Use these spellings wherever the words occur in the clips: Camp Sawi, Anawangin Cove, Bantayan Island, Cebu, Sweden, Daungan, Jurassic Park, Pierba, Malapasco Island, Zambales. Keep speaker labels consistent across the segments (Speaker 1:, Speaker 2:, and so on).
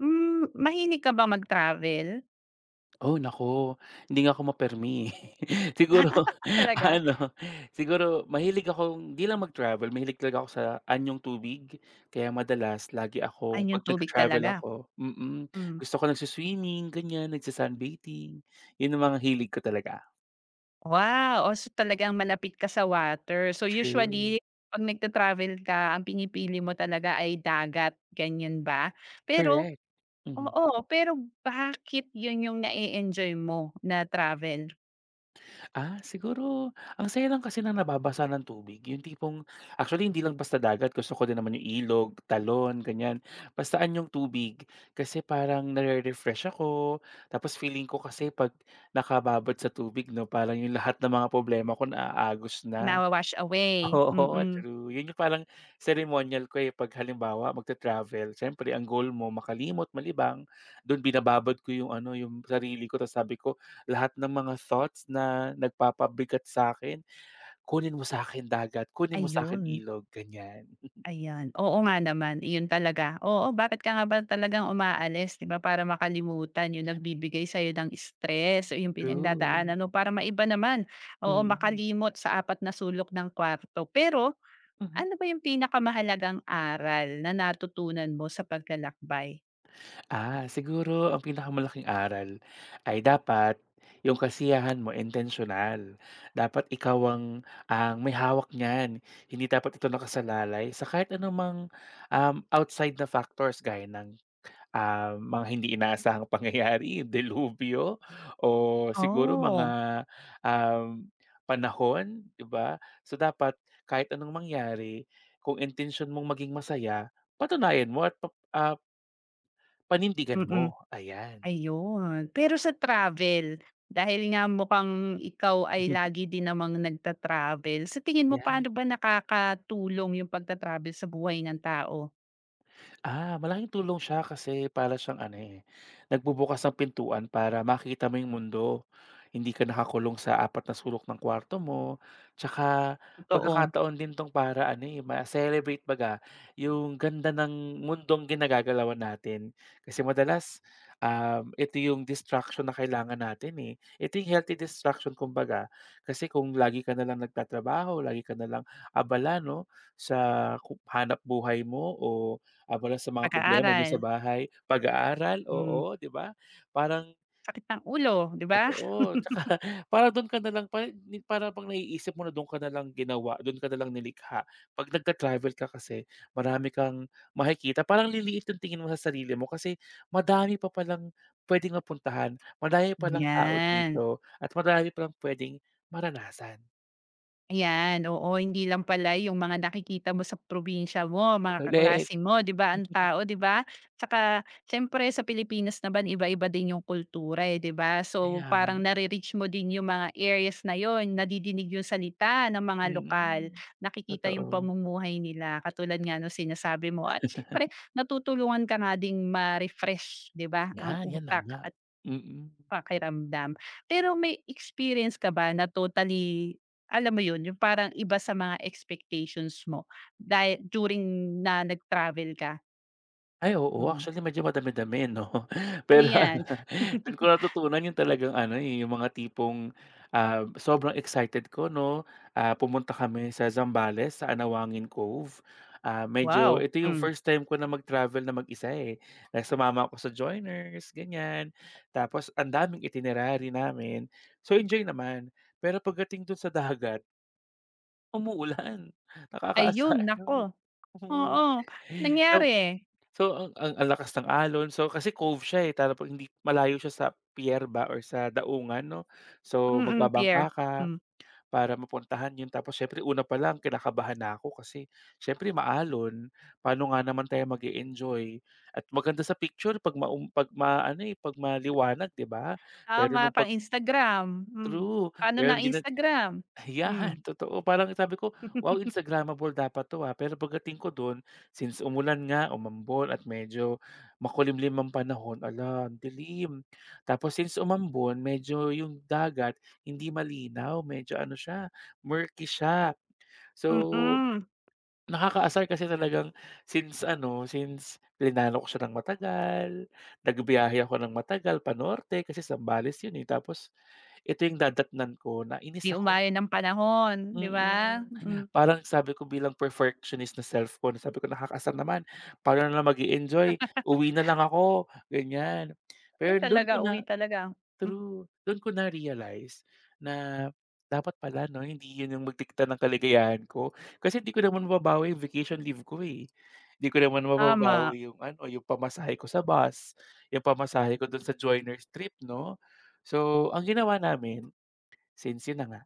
Speaker 1: Hmm, mahilig ka ba mag-travel?
Speaker 2: Oh, naku, hindi nga ako mapermi. Siguro,
Speaker 1: Ah, talaga?
Speaker 2: ano, siguro mahilig ako hindi lang mag-travel, mahilig talaga ako sa anyong tubig. Kaya madalas lagi ako
Speaker 1: Ayun
Speaker 2: 'pag
Speaker 1: yung tubig
Speaker 2: nagta-travel
Speaker 1: talaga?
Speaker 2: ako,
Speaker 1: Hmm.
Speaker 2: gusto ko nagsu-swimming, ganyan, nagsa-sunbathing. 'Yun ang mga hilig ko talaga.
Speaker 1: Wow! Oh, so talagang malapit ka sa water. So
Speaker 2: True,
Speaker 1: usually 'pag nagta-travel ka ang pinipili mo talaga ay dagat, ganyan ba? Pero
Speaker 2: correct. Mhm.
Speaker 1: oo, pero bakit yun yung na-e-enjoy mo na travel,
Speaker 2: Ah, siguro ang saya lang kasi ng nababasa ng tubig, yung tipong actually hindi lang basta dagat, gusto ko din naman yung ilog, talon, ganyan. Basta yung tubig kasi parang nare-refresh ako. Tapos feeling ko kasi 'pag nakababad sa tubig 'no, parang yung lahat ng mga problema ko naaagos na.
Speaker 1: na wash away?
Speaker 2: Oo,
Speaker 1: Mm,
Speaker 2: true. 'Yun yung parang ceremonial ko, eh, 'pag halimbawa magta-travel, siyempre ang goal mo makalimot, malibang. Do'n binababad ko yung ano, yung sarili ko ta's sabi ko, "Lahat ng mga thoughts na nagpapabigat sa akin, kunin mo sa akin, dagat, kunin mo sa akin,
Speaker 1: ayun.
Speaker 2: ilog." Ganyan.
Speaker 1: Ayan, oo nga naman, iyon talaga. Oo, bakit ka nga ba talagang umaalis 'di ba para makalimutan yung nagbibigay sa'yo ng stress o yung pinagdadaanan
Speaker 2: True.
Speaker 1: mo para maiba naman, oo,
Speaker 2: Mm.
Speaker 1: makalimot sa apat na sulok ng kwarto. Pero ano ba yung pinakamahalagang aral na natutunan mo sa paglalakbay?
Speaker 2: Ah, siguro ang pinakamalaking aral ay dapat yung kasiyahan mo intentional. Dapat ikaw ang may hawak niyan. Hindi dapat ito nakasalalay sa kahit anumang, outside na factors gaya ng, ah, mga hindi inaasahang pangyayari, delubyo, o siguro
Speaker 1: Oo.
Speaker 2: mga, um, panahon, 'di ba? So, dapat kahit anong mangyari, kung intention mong maging masaya, patunayan mo at panindigan
Speaker 1: Oh,
Speaker 2: mo,
Speaker 1: mm.
Speaker 2: ayan.
Speaker 1: Ayun. Pero sa travel, dahil nga mukhang ikaw ay lagi din namang nagta-travel, sa tingin mo paano
Speaker 2: 'Yan.
Speaker 1: ba nakakatulong yung pagta-travel sa buhay ng tao?
Speaker 2: Ah, malaking tulong siya kasi para siyang ano, eh, nagbubukas ng pintuan para makita mo yung mundo. Hindi ka nakakulong sa apat na sulok ng kwarto mo. Tsaka
Speaker 1: Totoo,
Speaker 2: pagkakataon din 'tong para ano, eh, ma-celebrate baga yung ganda ng mundong ginagagalawan natin. Kasi madalas, ito yung distraction na kailangan natin, eh. Ito yung healthy distraction, kumbaga. Kasi kung lagi ka na lang nagtatrabaho, lagi ka na lang abala 'no, sa hanap buhay mo, o ah, mula sa mga problema niyo sa
Speaker 1: pag-aaral,
Speaker 2: bahay, pag-aaral,
Speaker 1: hmm,
Speaker 2: oo, 'di ba? Parang
Speaker 1: sakit ng ulo, 'di ba?
Speaker 2: totoo, tsaka para dun ka nalang pa ni para pang naiisip mo na dun ka na lang ginawa, dun ka na lang nilikha. 'Pag nagta-travel ka kasi, marami kang makikita, parang liliit yung tingin mo sa sarili mo kasi madami pa palang puwedeng mapuntahan, madami pa lang tao
Speaker 1: 'Yan.
Speaker 2: dito, at madami pa lang puwedeng maranasan.
Speaker 1: Ayan, oo. Hindi lang pala yung mga nakikita mo sa probinsya mo, mga
Speaker 2: Correct,
Speaker 1: kaklase mo, 'di ba, ang tao, 'di ba? Saka, siyempre sa Pilipinas naman iba-iba din yung kultura, eh, 'di ba?
Speaker 2: kaya
Speaker 1: So,
Speaker 2: nga.
Speaker 1: parang nare-reach mo din yung mga areas na yon, nadidinig yung salita ng mga lokal,
Speaker 2: Mm.
Speaker 1: nakikita yung
Speaker 2: Totoo,
Speaker 1: pamumuhay nila katulad nga nung sinasabi mo at siyempre natutulungan ka nga ding ma-refresh, 'di ba, ang
Speaker 2: yan, yan na
Speaker 1: utak
Speaker 2: nga.
Speaker 1: at
Speaker 2: Mm.
Speaker 1: pakiramdam. Pero may experience ka ba na totally, alam mo yun, yung parang iba sa mga expectations mo dahil during na nag-travel ka?
Speaker 2: Ay oo,
Speaker 1: Hmm,
Speaker 2: actually medyo madami-dami 'no.
Speaker 1: ano
Speaker 2: Pero
Speaker 1: yan?
Speaker 2: ano, dun ko natutunan yung talagang ano, eh, yung mga tipong, ah, sobrang excited ko 'no, ah, pumunta kami sa Zambales, sa Anawangin Cove. Ah, medyo
Speaker 1: Wow,
Speaker 2: ito yung
Speaker 1: hmm.
Speaker 2: first time ko na mag-travel na mag-isa, eh. Na sumama ako sa joiners, ganyan. Tapos ang daming itinerary namin, so enjoy naman. Pero pagdating dun sa dagat, umuulan,
Speaker 1: Ayun,
Speaker 2: nakakaasar. Mm,
Speaker 1: naku,
Speaker 2: mm.
Speaker 1: oo, nangyari?
Speaker 2: So, ang lakas ng alon. So, kasi cove siya, eh, tapos hindi malayo siya sa Pierba or sa Daungan 'no. So,
Speaker 1: Mm,
Speaker 2: magbabangka
Speaker 1: Pierre.
Speaker 2: ka
Speaker 1: Hmm,
Speaker 2: para mapuntahan 'yun. Tapos siyempre una pa lang kinakabahan na ako kasi siyempre maalon, paano nga naman tayo mag enjoy. At maganda sa picture 'pag 'pag ano, eh, 'pag maliwanag, 'di ba? Pero
Speaker 1: tama
Speaker 2: nung 'pag
Speaker 1: pang-Instagram, hmm.
Speaker 2: true,
Speaker 1: Paano
Speaker 2: pero
Speaker 1: ng
Speaker 2: hindi na.
Speaker 1: Instagram? Hmm.
Speaker 2: Ayan, totoo. Parang sabi ko,
Speaker 1: Mm,
Speaker 2: "Wow, Instagrammable dapat 'to, ah." Pero pagdating ko do'n, since umulan nga, umambon at medyo makulimlim ang panahon, ala, ang dilim. Tapos since umambon, medyo yung dagat hindi malinaw, medyo ano siya, murky siya. So,
Speaker 1: Mm-mm.
Speaker 2: nakakaasar kasi talagang since ano, since plinano ko siya ng matagal, nagbiyahe ako ng matagal, panorte kasi Zambales 'yun, eh. Tapos ito yung dadatnan ko, na inis
Speaker 1: 'Di
Speaker 2: ako.
Speaker 1: umayon ng panahon, 'di ba?
Speaker 2: Mm,
Speaker 1: Hmm,
Speaker 2: parang sabi ko bilang perfectionist na self ko na sabi ko, "Nakakaasar naman, paano na lang mag-e-enjoy, uwi na lang ako," ganyan.
Speaker 1: ay
Speaker 2: Pero dun
Speaker 1: talaga,
Speaker 2: ko
Speaker 1: uwi
Speaker 2: na
Speaker 1: talaga. Hmm,
Speaker 2: true, dun ko na-realize na dapat pala 'no, hindi yun yung magdikta ng kaligayahan ko. Kasi hindi ko naman mababawi yung vacation leave ko, eh. Hindi ko naman
Speaker 1: tama.
Speaker 2: mababawi yung ano, yung pamasahe ko sa bus, yung pamasahe ko dun sa joiners trip 'no. So, ang ginawa namin, since yun na nga,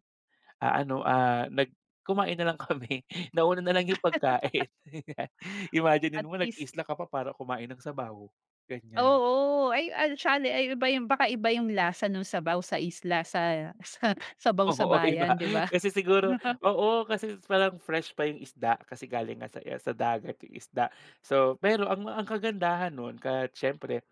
Speaker 2: ah, ano, kumain na lang kami. Nauna na lang yung pagkain,
Speaker 1: At
Speaker 2: imaginin mo,
Speaker 1: least
Speaker 2: nag-isla ka pa para kumain ng sabaw, ganyan.
Speaker 1: oo, ay ano sali ay iba yung baka iba yung lasa nung sabaw sa isla sa sa sabaw sa
Speaker 2: Oo,
Speaker 1: bayan,
Speaker 2: iba.
Speaker 1: 'di ba?
Speaker 2: Kasi siguro oo, kasi parang fresh pa yung isda kasi galing nga sa dagat yung isda. So, pero ang kagandahan nun kahit siyempre,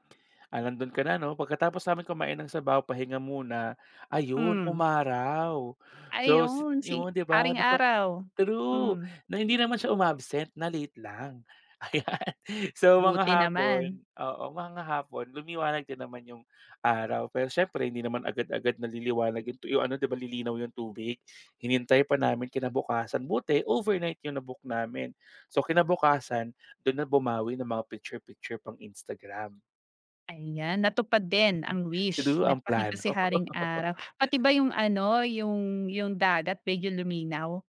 Speaker 2: nandun ka na 'no, pagkatapos namin kumain ng sabaw, pahinga muna, ayun,
Speaker 1: Hmm,
Speaker 2: umaraw. So,
Speaker 1: ayun
Speaker 2: yun
Speaker 1: si
Speaker 2: 'di ba,
Speaker 1: Haring Araw.
Speaker 2: true,
Speaker 1: Hmm,
Speaker 2: na hindi naman siya umabsent, na-late lang, ayan. So, mga
Speaker 1: buti naman.
Speaker 2: hapon, oo, mga hapon lumiwanag din naman yung araw, pero siyempre hindi naman agad-agad naliliwanag yung ano, 'di ba lilinaw yung tubig. Hinintay pa namin kinabukasan, buti overnight yung na namin. So, kinabukasan dun na bumawi ng mga picture-picture pang Instagram.
Speaker 1: Ayan, natupad din ang wish,
Speaker 2: True, ang
Speaker 1: nagpakita
Speaker 2: plano.
Speaker 1: si Haring Araw. Pati ba yung ano, yung dagat medyo luminaw?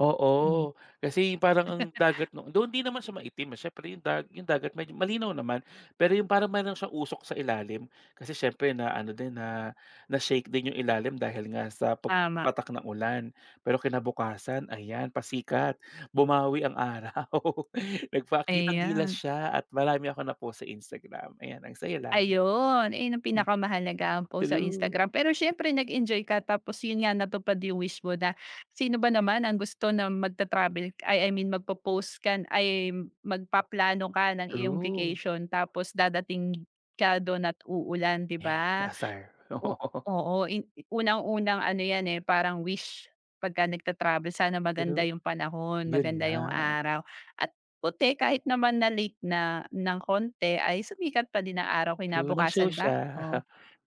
Speaker 2: Oo,
Speaker 1: Hmm,
Speaker 2: kasi parang ang dagat noon though hindi naman siya maitim, eh, siyempre yung dagat medyo malinaw naman, pero yung parang meron siyang usok sa ilalim kasi siyempre na ano din na-shake din yung ilalim dahil nga sa
Speaker 1: tama,
Speaker 2: pagpatak ng ulan. Pero kinabukasan ayan pasikat, bumawi ang araw, nagpakitang-gilas
Speaker 1: ayan.
Speaker 2: siya at marami ako na-post sa Instagram, ayan ang saya lang.
Speaker 1: Ayun, ayun ang
Speaker 2: Hmm,
Speaker 1: pinakamahalaga po sa
Speaker 2: true,
Speaker 1: Instagram. Pero siyempre nag-enjoy ka tapos yun nga natupad yung wish mo na sino ba naman ang gusto na magta-travel ay I mean magpo-post ka ay magpaplano ka ng iyong
Speaker 2: true.
Speaker 1: vacation tapos dadating ka dun at uulan, 'di
Speaker 2: Yan,
Speaker 1: ba?
Speaker 2: kasar,
Speaker 1: O
Speaker 2: oo,
Speaker 1: oo, unang-unang ano 'yan, eh, parang wish pagka nagta-travel sana maganda
Speaker 2: true.
Speaker 1: yung panahon,
Speaker 2: Yun
Speaker 1: maganda
Speaker 2: nga,
Speaker 1: yung araw at buti kahit naman na late na ng konti ay sumikat pa din ang araw
Speaker 2: true, nag-show
Speaker 1: kinabukasan ba?
Speaker 2: siya.
Speaker 1: Oh,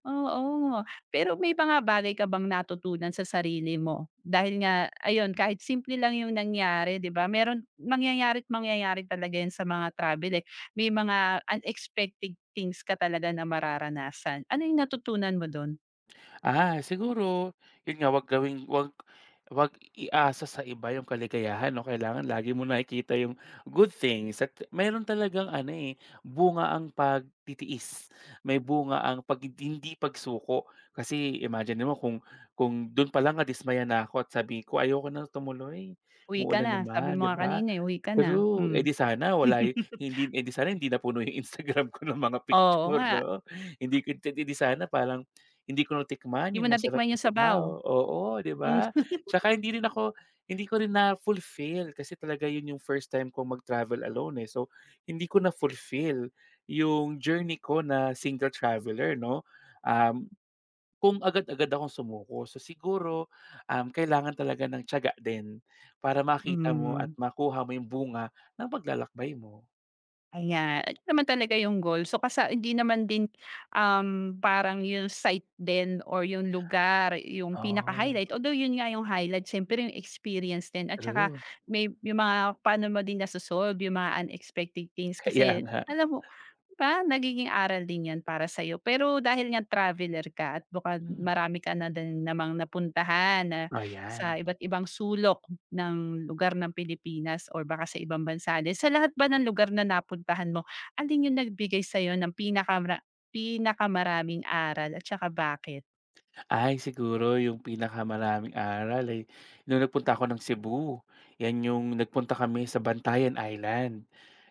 Speaker 1: oo. Pero may mga bagay ka bang natutunan sa sarili mo? Dahil nga ayun, kahit simple lang yung nangyari 'di ba, meron mangyayari't mangyayari talaga 'yan sa mga travel, eh. May mga unexpected things ka talaga na mararanasan. Ano yung natutunan mo dun?
Speaker 2: Ah, siguro yun nga, wag gawing wag wag iasa sa iba yung kaligayahan 'no, kailangan lagi mo nakikita yung good things at meron talagang ano, eh, bunga ang pagtitiis, may bunga ang pag hindi pagsuko. Kasi imagine mo kung dun pa lang nadismaya na ako at sabihin ko, "Ayoko na tumuloy,
Speaker 1: Uwi ka
Speaker 2: umuulan
Speaker 1: na, sabi
Speaker 2: naman,"
Speaker 1: mo
Speaker 2: 'di
Speaker 1: nga
Speaker 2: ba?
Speaker 1: kanina, eh, uwi ka na,
Speaker 2: True,
Speaker 1: hmm.
Speaker 2: eh, di sana wala hindi, eh, di sana hindi napuno yung Instagram ko ng mga
Speaker 1: Oo
Speaker 2: picture
Speaker 1: nga,
Speaker 2: 'no? Hindi ko, eh, di sana parang hindi ko
Speaker 1: 'di
Speaker 2: natikman
Speaker 1: mo
Speaker 2: yung masarap
Speaker 1: natikman
Speaker 2: na
Speaker 1: yung
Speaker 2: sabaw,
Speaker 1: sabaw,
Speaker 2: oo, 'di ba?
Speaker 1: hmm,
Speaker 2: Tsaka hindi ko rin na-fulfill kasi talaga yun yung first time kong mag-travel alone, eh. So, hindi ko na-fulfill yung journey ko na single traveler 'no, um kung agad-agad akong sumuko. So siguro, kailangan talaga ng tiyaga din para makita mo at
Speaker 1: hmm.
Speaker 2: makuha mo yung bunga ng paglalakbay mo.
Speaker 1: Ayan, ayun naman talaga yung goal. So kasa hindi naman din, um, parang yung site din or yung lugar yung
Speaker 2: Oh,
Speaker 1: pinaka-highlight, although yun nga yung highlight siyempre yung experience din at saka
Speaker 2: true.
Speaker 1: may yung mga paano mo din naso-solve yung mga unexpected things
Speaker 2: Kaya
Speaker 1: kasi
Speaker 2: nga.
Speaker 1: alam mo, 'di ba, nagiging aral din yan para sa'yo. Pero dahil nga traveler ka at baka
Speaker 2: Hmm,
Speaker 1: marami ka na din namang napuntahan na
Speaker 2: oh
Speaker 1: sa
Speaker 2: yan.
Speaker 1: iba't ibang sulok ng lugar ng Pilipinas or baka sa ibang bansa din, sa lahat ba ng lugar na napuntahan mo, alin yung nagbigay sa'yo ng pinakamaraming aral at saka bakit?
Speaker 2: Ay siguro yung pinakamaraming aral ay nung nagpunta ako ng Cebu. Yan yung nagpunta kami sa Bantayan Island.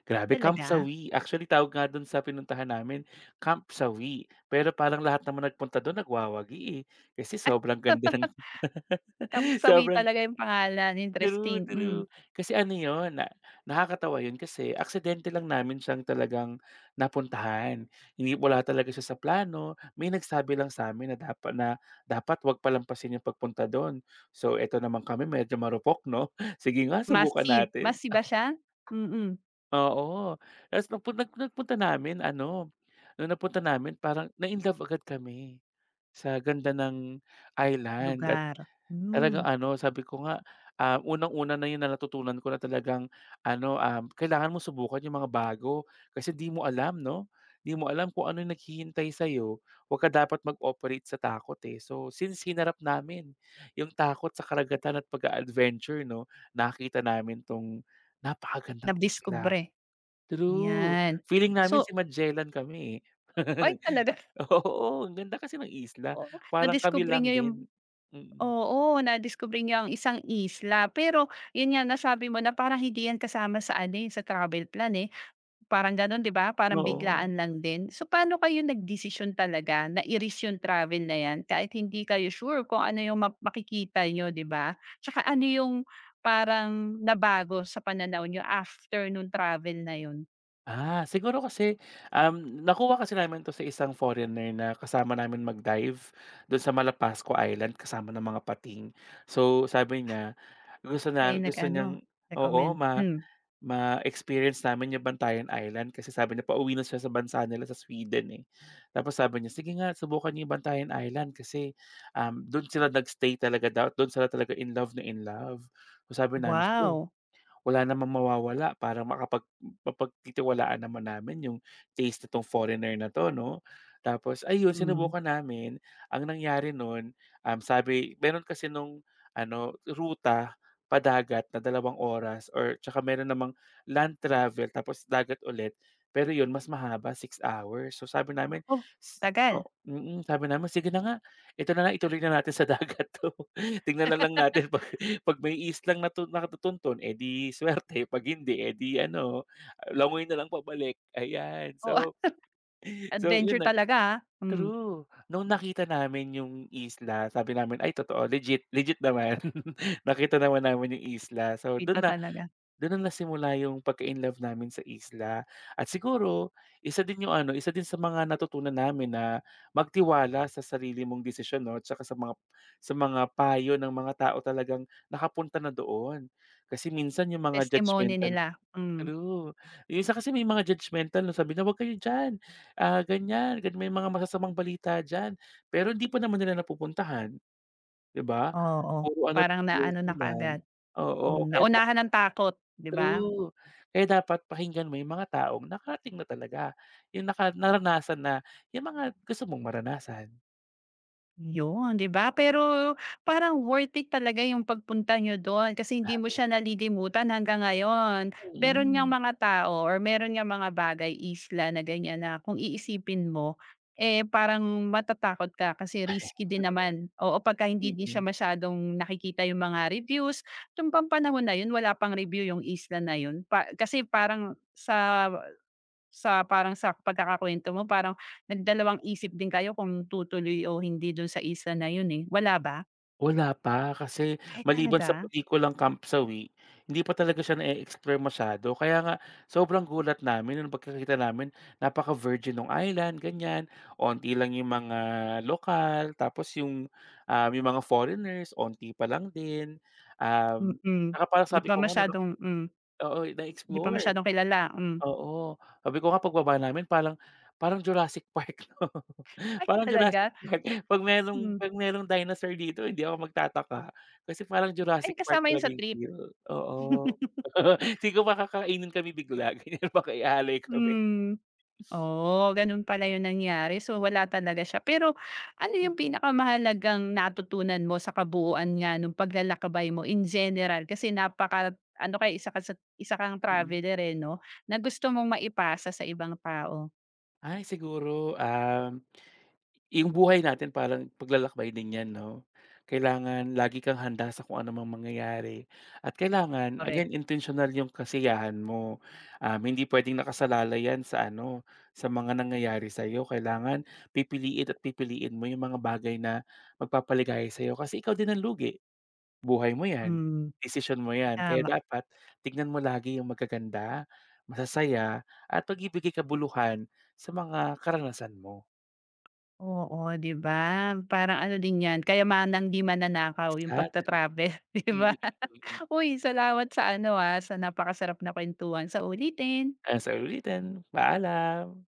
Speaker 2: Grabe, Camp
Speaker 1: Talaga?
Speaker 2: Sawi. Actually tawag nga dun sa pinuntahan namin, Camp Sawi. Pero parang lahat naman nagpunta dun nagwawagi, eh, kasi sobrang ganda ng
Speaker 1: Kapsawi
Speaker 2: Sobrang
Speaker 1: talaga yung pangalan,
Speaker 2: true,
Speaker 1: interesting, hmm.
Speaker 2: true. Kasi ano yun, na nakakatawa yun kasi aksidente lang namin siyang talagang napuntahan. Hindi, wala talaga siya sa plano. May nagsabi lang sa'min na dapat na, dapat 'wag palampasin yung pagpunta dun. So, eto naman kami medyo marupok 'no, sige nga, subukan
Speaker 1: Masi,
Speaker 2: natin.
Speaker 1: Masi ba siya? Mm,
Speaker 2: Oo, ta's nung nagpunta namin ano, nung napunta namin parang na-inlove agad kami sa ganda ng island.
Speaker 1: lugar,
Speaker 2: Talagang
Speaker 1: hmm,
Speaker 2: ano, sabi ko nga, ah, unang-una na 'yun na natutunan ko na talagang ano, kailangan mo subukan yung mga bago kasi 'di mo alam 'no, 'di mo alam kung ano yung naghihintay sa'yo. 'Wag ka dapat mag-operate sa takot, eh. So, since hinarap namin yung takot sa karagatan at pag adventure 'no, nakita namin 'tong napakagandang isla.
Speaker 1: nadiskubre,
Speaker 2: True,
Speaker 1: 'yan.
Speaker 2: feeling namin
Speaker 1: So
Speaker 2: si Magellan kami, eh.
Speaker 1: ay talaga,
Speaker 2: Oo, ang ganda kasi ng isla,
Speaker 1: oo,
Speaker 2: parang kami
Speaker 1: nadiskubre
Speaker 2: lang
Speaker 1: niyo yung
Speaker 2: din. Mm,
Speaker 1: oo, nadiskubre niya ang isang isla. Pero yun nga, nasabi mo na parang hindi yan kasama sa ano, eh, sa travel plan, eh. Parang ganun, 'di ba? Parang
Speaker 2: oo.
Speaker 1: biglaan lang din. So paano kayo nagdesisyon talaga na i-risk yung travel na yan kahit hindi kayo sure kung ano yung makikita niyo, 'di ba? Tsaka ano yung parang nabago sa pananaw nyo after nung travel na yun?
Speaker 2: Ah, siguro kasi, nakuha kasi namin 'to sa isang foreigner na kasama namin mag-dive do'n sa Malapasco Island kasama ng mga pating. So, sabi niya gusto
Speaker 1: Siya
Speaker 2: na
Speaker 1: yung
Speaker 2: gusto
Speaker 1: nag-ano,
Speaker 2: niyang,
Speaker 1: recommend.
Speaker 2: oo,
Speaker 1: Hmm.
Speaker 2: ma-experience namin yung Bantayan Island kasi sabi niya pauwi na siya sa bansa nila sa Sweden, eh. Tapos sabi niya, "Sige nga, subukan niyo yung Bantayan Island kasi, do'n sila nag-stay talaga daw, do'n sila talaga in love na in love." So, sabi namin, "Sige,
Speaker 1: Wow.
Speaker 2: wala namang mawawala para mapagtitiwalaan naman namin yung taste nitong foreigner na 'to 'no." Tapos ayun
Speaker 1: Hmm.
Speaker 2: sinubukan namin, ang nangyari nun, sabi meron kasi nung ano ruta padagat na 2 oras or tsaka meron namang land travel tapos dagat ulit, pero yun mas mahaba, 6 hours. So sabi namin
Speaker 1: Ako,
Speaker 2: s
Speaker 1: tagal.
Speaker 2: o mm, mm, sabi namin, "Sige na nga, ito na lang, ituloy na natin sa dagat 'to. Tingnan na lang natin 'pag may islang natutuntun, eh, di swerte, 'pag hindi, eh, di ano, langoy na lang pabalik, ayan."
Speaker 1: Oh,
Speaker 2: So so yun
Speaker 1: adventure
Speaker 2: na
Speaker 1: talaga, ah. Hmm.
Speaker 2: true. Nung nakita namin yung isla, sabi namin, "Ay totoo, legit legit naman." Nakita naman namin yung isla, so
Speaker 1: Kita
Speaker 2: dun,
Speaker 1: talaga,
Speaker 2: do'n na nagsimula yung pagka in love namin sa isla at siguro isa din sa mga natutunan namin na magtiwala sa sarili mong desisyon 'no, tsaka sa mga payo ng mga tao talagang nakapunta na doon. Kasi minsan yung mga
Speaker 1: testimony
Speaker 2: judgemental
Speaker 1: nila, hmm.
Speaker 2: true. Yung isa kasi may mga judgmental na sabi na, "Huwag kayo diyan, ah, ganyan, may mga masasamang balita diyan." Pero hindi pa naman nila napupuntahan, 'di ba?
Speaker 1: Oo.
Speaker 2: Puro ano,
Speaker 1: Parang naano na
Speaker 2: hearsay lang.
Speaker 1: kaagad,
Speaker 2: Oo,
Speaker 1: hmm,
Speaker 2: kaya
Speaker 1: naunahan ng takot, 'di ba?
Speaker 2: true. Kaya dapat pakinggan mo yung mga taong nakarating na talaga, yung naranasan na yung mga gusto mong maranasan.
Speaker 1: Yun, 'di ba? Pero parang worth it talaga yung pagpunta niyo do'n kasi hindi mo siya
Speaker 2: Grabe.
Speaker 1: nalilimutan hanggang ngayon. Meron ngang
Speaker 2: Mm.
Speaker 1: mga tao or meron ngang mga bagay, isla na ganyan na kung iisipin mo, eh, parang matatakot ka kasi risky din
Speaker 2: Totoo,
Speaker 1: naman. Oo, pagka hindi din siya
Speaker 2: mm.
Speaker 1: masyadong nakikita yung mga reviews. Nung pang na yun wala pang review yung isla na yun pa kasi parang sa parang sa pagkakakuwento mo parang nagdalawang isip din kayo kung tutuloy o hindi dun sa isa na yun, eh, wala ba?
Speaker 2: Wala pa, kasi
Speaker 1: Ay
Speaker 2: maliban
Speaker 1: talaga?
Speaker 2: sa pelikulang Camp Sawi, hindi pa talaga siya na-e-explore masyado. Kaya nga sobrang gulat namin nung pagkakita namin napaka-virgin ng island, ganyan. Onti lang yung mga lokal, tapos yung mga foreigners, onti pa lang din. Um,
Speaker 1: Mm,
Speaker 2: tsaka parang
Speaker 1: di
Speaker 2: sabi
Speaker 1: pa
Speaker 2: ko nga, 'no,
Speaker 1: masyadong hmm,
Speaker 2: oo,
Speaker 1: di pa
Speaker 2: na-explore.
Speaker 1: masyadong kilala, hmm.
Speaker 2: Oo, sabi ko nga pagbaba namin parang parang Jurassic Park 'no,
Speaker 1: Ay
Speaker 2: parang Jurassic
Speaker 1: talaga?
Speaker 2: Park 'pag
Speaker 1: Hmm.
Speaker 2: merong 'pag merong dinosaur dito hindi ako magtataka, kasi parang
Speaker 1: Ay
Speaker 2: Jurassic Park
Speaker 1: kasama yun
Speaker 2: talaga
Speaker 1: sa
Speaker 2: yung
Speaker 1: trip?
Speaker 2: feel, oo. Siguro baka kakainin kami bigla, ganyan, baka ihalay kami.
Speaker 1: Hmm. Oh, ganun pala yung nangyari. So, wala talaga siya. Pero ano yung pinakamahalagang natutunan mo sa kabuuan nga nung paglalakbay mo in general? Kasi napaka ano kay isa ka sa isa kang
Speaker 2: Mm.
Speaker 1: traveler eh, 'no? Na gusto mong maipasa sa ibang tao.
Speaker 2: Ay siguro, yung buhay natin parang paglalakbay din 'yan 'no? Kailangan lagi kang handa sa kung anumang mangyayari at kailangan again
Speaker 1: Correct.
Speaker 2: intentional yung kasiyahan mo. Hindi puwedeng nakasalalay 'yan sa ano, sa mga nangyayari sa'yo. Kailangan pipiliin at pipiliin mo yung mga bagay na magpapaligaya sa'yo kasi ikaw din ang lugi. Buhay mo 'yan,
Speaker 1: Hmm,
Speaker 2: decision mo 'yan, kaya
Speaker 1: tama.
Speaker 2: dapat tignan mo lagi yung magaganda, masasaya at magbibigay kabuluhan sa mga karanasan mo.
Speaker 1: Oo, 'di ba? Parang ano din 'yan, kayamanang 'di mananakaw yung pagta-travel, 'di
Speaker 2: Mm,
Speaker 1: ba?
Speaker 2: mm. Mm.
Speaker 1: Uy, salamat sa ano, ah, sa napakasarap na kuwentuhan. Sa ulitin.
Speaker 2: Hanggang sa ulitin, paalam.